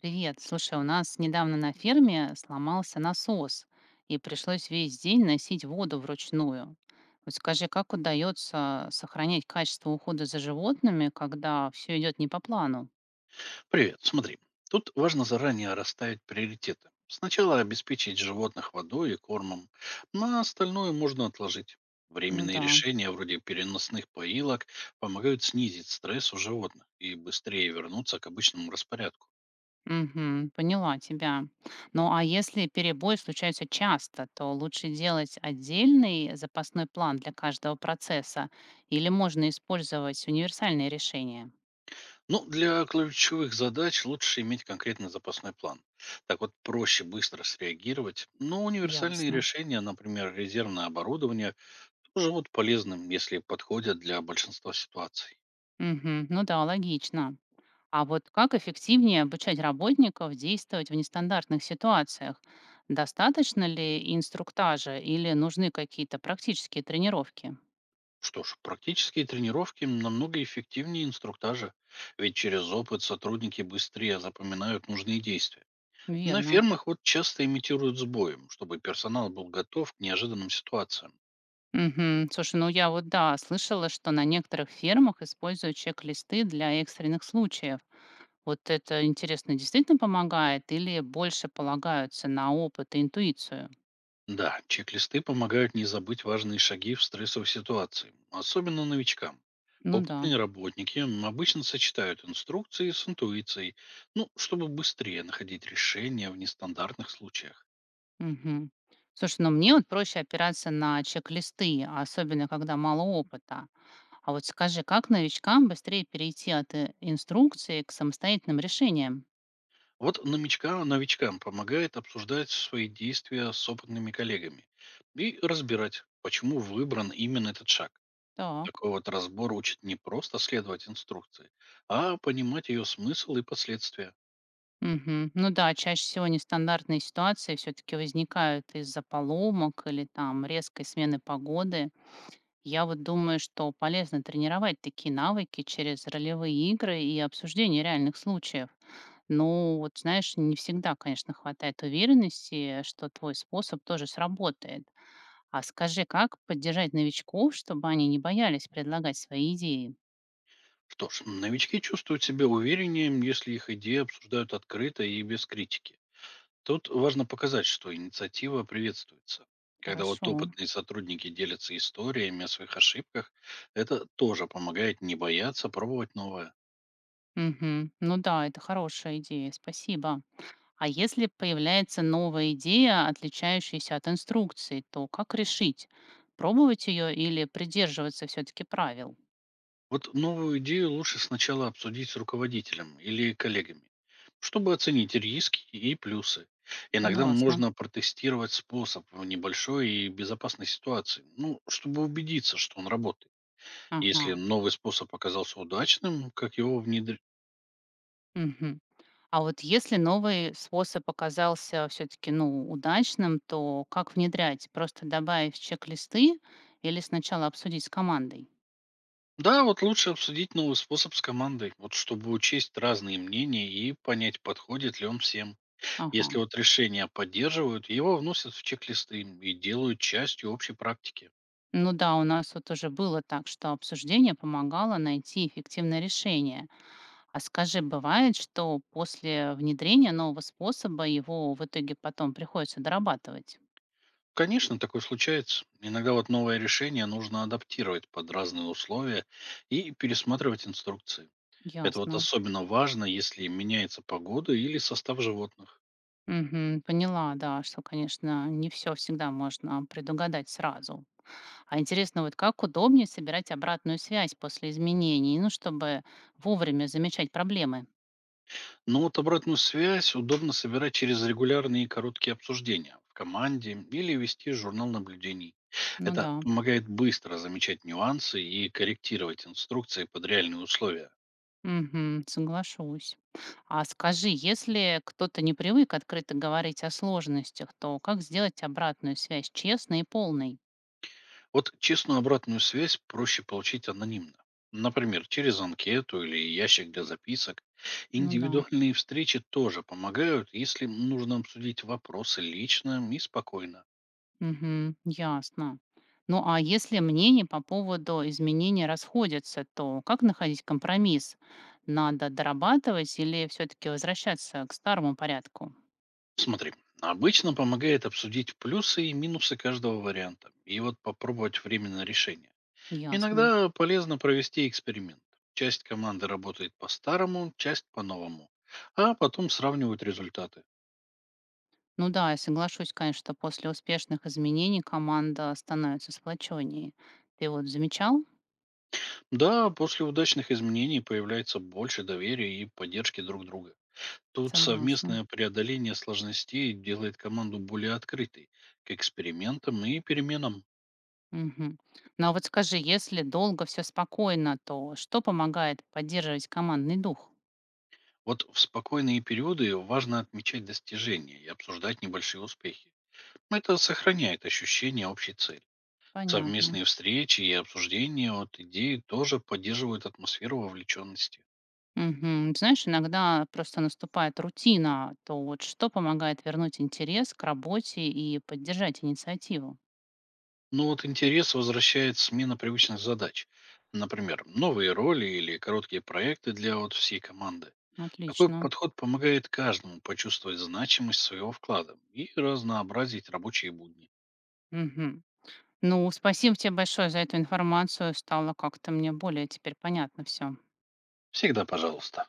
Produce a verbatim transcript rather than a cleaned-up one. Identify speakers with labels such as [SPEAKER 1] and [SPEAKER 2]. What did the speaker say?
[SPEAKER 1] Привет. Слушай, у нас недавно на ферме сломался насос, и пришлось весь день носить воду вручную. Вот скажи, как удается сохранять качество ухода за животными, когда все идет не по плану?
[SPEAKER 2] Привет, смотри. Тут важно заранее расставить приоритеты. Сначала обеспечить животных водой и кормом, на остальное можно отложить.
[SPEAKER 1] Ну
[SPEAKER 2] Временные
[SPEAKER 1] да.
[SPEAKER 2] решения вроде переносных поилок помогают снизить стресс у животных и быстрее вернуться к обычному распорядку.
[SPEAKER 1] Мгм, поняла тебя. Ну а если перебои случаются часто, то лучше делать отдельный запасной план для каждого процесса, или можно использовать универсальные решения?
[SPEAKER 2] Но для ключевых задач лучше иметь конкретный запасной план. Так вот проще быстро среагировать, но универсальные
[SPEAKER 1] Ясно.
[SPEAKER 2] решения, например, резервное оборудование, тоже будут полезным, если подходят для большинства ситуаций.
[SPEAKER 1] Мгм, ну да, логично. А вот как эффективнее обучать работников действовать в нестандартных ситуациях? Достаточно ли инструктажа или нужны какие-то практические тренировки?
[SPEAKER 2] Что ж, практические тренировки намного эффективнее инструктажа, ведь через опыт сотрудники быстрее запоминают нужные действия. На
[SPEAKER 1] Верно.
[SPEAKER 2] фермах вот часто имитируют сбои, чтобы персонал был готов к неожиданным ситуациям.
[SPEAKER 1] Мгм. Слушай, ну я вот да, слышала, что на некоторых фермах используют чек-листы для экстренных случаев. Вот это интересно, действительно помогает или больше полагаются на опыт и интуицию?
[SPEAKER 2] Да, чек-листы помогают не забыть важные шаги в стрессовой ситуации, особенно новичкам.
[SPEAKER 1] Ну да.
[SPEAKER 2] Опытные работники м, обычно сочетают инструкции с интуицией, ну, чтобы быстрее находить решения в нестандартных случаях.
[SPEAKER 1] Мгм. Слушай, ну мне вот проще опираться на чек-листы, а особенно когда мало опыта. А вот скажи, как новичкам быстрее перейти от э, инструкции к самостоятельным решениям?
[SPEAKER 2] Вот новичка, новичкам помогает обсуждать свои действия с опытными коллегами и разбирать, почему выбран именно этот шаг.
[SPEAKER 1] Так.
[SPEAKER 2] Такой вот разбор учит не просто следовать инструкции, а понимать ее смысл и последствия.
[SPEAKER 1] Мгм. Ну да, чаще всего нестандартные ситуации все-таки возникают из-за поломок или там резкой смены погоды. Я вот думаю, что полезно тренировать такие навыки через ролевые игры и обсуждение реальных случаев. Ну, вот знаешь, не всегда, конечно, хватает уверенности, что твой способ тоже сработает. А скажи, как поддержать новичков, чтобы они не боялись предлагать свои идеи?
[SPEAKER 2] Что ж, новички чувствуют себя увереннее, если их идеи обсуждают открыто и без критики. Тут важно показать, что инициатива приветствуется. Когда вот
[SPEAKER 1] Хорошо.
[SPEAKER 2] опытные сотрудники делятся историями о своих ошибках, это тоже помогает не бояться пробовать новое.
[SPEAKER 1] Мгм. Ну да, это хорошая идея, спасибо. А если появляется новая идея, отличающаяся от инструкции, то как решить? Пробовать ее или придерживаться все-таки правил?
[SPEAKER 2] Вот новую идею лучше сначала обсудить с руководителем или коллегами, чтобы оценить риски и плюсы. Иногда
[SPEAKER 1] Согласна.
[SPEAKER 2] можно протестировать способ в небольшой и безопасной ситуации, ну, чтобы убедиться, что он работает. Если
[SPEAKER 1] Ага.
[SPEAKER 2] новый способ оказался удачным, как его внедрить?
[SPEAKER 1] Мгм. А вот если новый способ оказался все-таки, ну, удачным, то как внедрять? Просто добавив чек-листы или сначала обсудить с командой?
[SPEAKER 2] Да, вот лучше обсудить новый способ с командой, вот чтобы учесть разные мнения и понять, подходит ли он всем.
[SPEAKER 1] Ага.
[SPEAKER 2] Если вот решения поддерживают, его вносят в чек-листы и делают частью общей практики.
[SPEAKER 1] Ну да, у нас вот уже было так, что обсуждение помогало найти эффективное решение. А скажи, бывает, что после внедрения нового способа его в итоге потом приходится дорабатывать?
[SPEAKER 2] Конечно, такое случается. Иногда вот новое решение нужно адаптировать под разные условия и пересматривать инструкции. Это вот
[SPEAKER 1] Ясно.
[SPEAKER 2] особенно важно, если меняется погода или состав животных.
[SPEAKER 1] Мгм. Поняла, да, что, конечно, не все всегда можно предугадать сразу. А интересно, вот как удобнее собирать обратную связь после изменений, ну, чтобы вовремя замечать проблемы?
[SPEAKER 2] Но вот обратную связь удобно собирать через регулярные и короткие обсуждения в команде или вести журнал наблюдений.
[SPEAKER 1] Ну
[SPEAKER 2] Это
[SPEAKER 1] да.
[SPEAKER 2] помогает быстро замечать нюансы и корректировать инструкции под реальные условия.
[SPEAKER 1] Мгм. Соглашусь. А скажи, если кто-то не привык открыто говорить о сложностях, то как сделать обратную связь честной и полной?
[SPEAKER 2] Вот честную обратную связь проще получить анонимно. Например, через анкету или ящик для записок.
[SPEAKER 1] Ну да.
[SPEAKER 2] Индивидуальные встречи тоже помогают, если нужно обсудить вопросы лично и спокойно.
[SPEAKER 1] Мгм. Ясно. Ну, а если мнения по поводу изменений расходятся, то как находить компромисс? Надо дорабатывать или все-таки возвращаться к старому порядку?
[SPEAKER 2] Смотри, обычно помогает обсудить плюсы и минусы каждого варианта и вот попробовать временное решение.
[SPEAKER 1] Ясно.
[SPEAKER 2] Иногда полезно провести эксперимент. Часть команды работает по-старому, часть по-новому, а потом сравнивают результаты.
[SPEAKER 1] Ну да, я соглашусь, конечно, что после успешных изменений команда становится сплоченнее. Ты вот замечал?
[SPEAKER 2] Да, после удачных изменений появляется больше доверия и поддержки друг друга. Тут
[SPEAKER 1] Согласна.
[SPEAKER 2] совместное преодоление сложностей делает команду более открытой к экспериментам и переменам.
[SPEAKER 1] Мгм. Ну а вот скажи, если долго все спокойно, то что помогает поддерживать командный дух?
[SPEAKER 2] Вот в спокойные периоды важно отмечать достижения и обсуждать небольшие успехи. Это сохраняет ощущение общей цели.
[SPEAKER 1] Понятно.
[SPEAKER 2] Совместные встречи и обсуждения от идеи тоже поддерживают атмосферу вовлеченности.
[SPEAKER 1] Мгм. Знаешь, иногда просто наступает рутина, то вот что помогает вернуть интерес к работе и поддержать инициативу?
[SPEAKER 2] Ну вот интерес возвращает смена привычных задач. Например, новые роли или короткие проекты для вот всей команды. Такой
[SPEAKER 1] Отлично.
[SPEAKER 2] подход помогает каждому почувствовать значимость своего вклада и разнообразить рабочие будни.
[SPEAKER 1] Мгм. Ну, спасибо тебе большое за эту информацию. Стало как-то мне более теперь понятно все.
[SPEAKER 2] Всегда пожалуйста.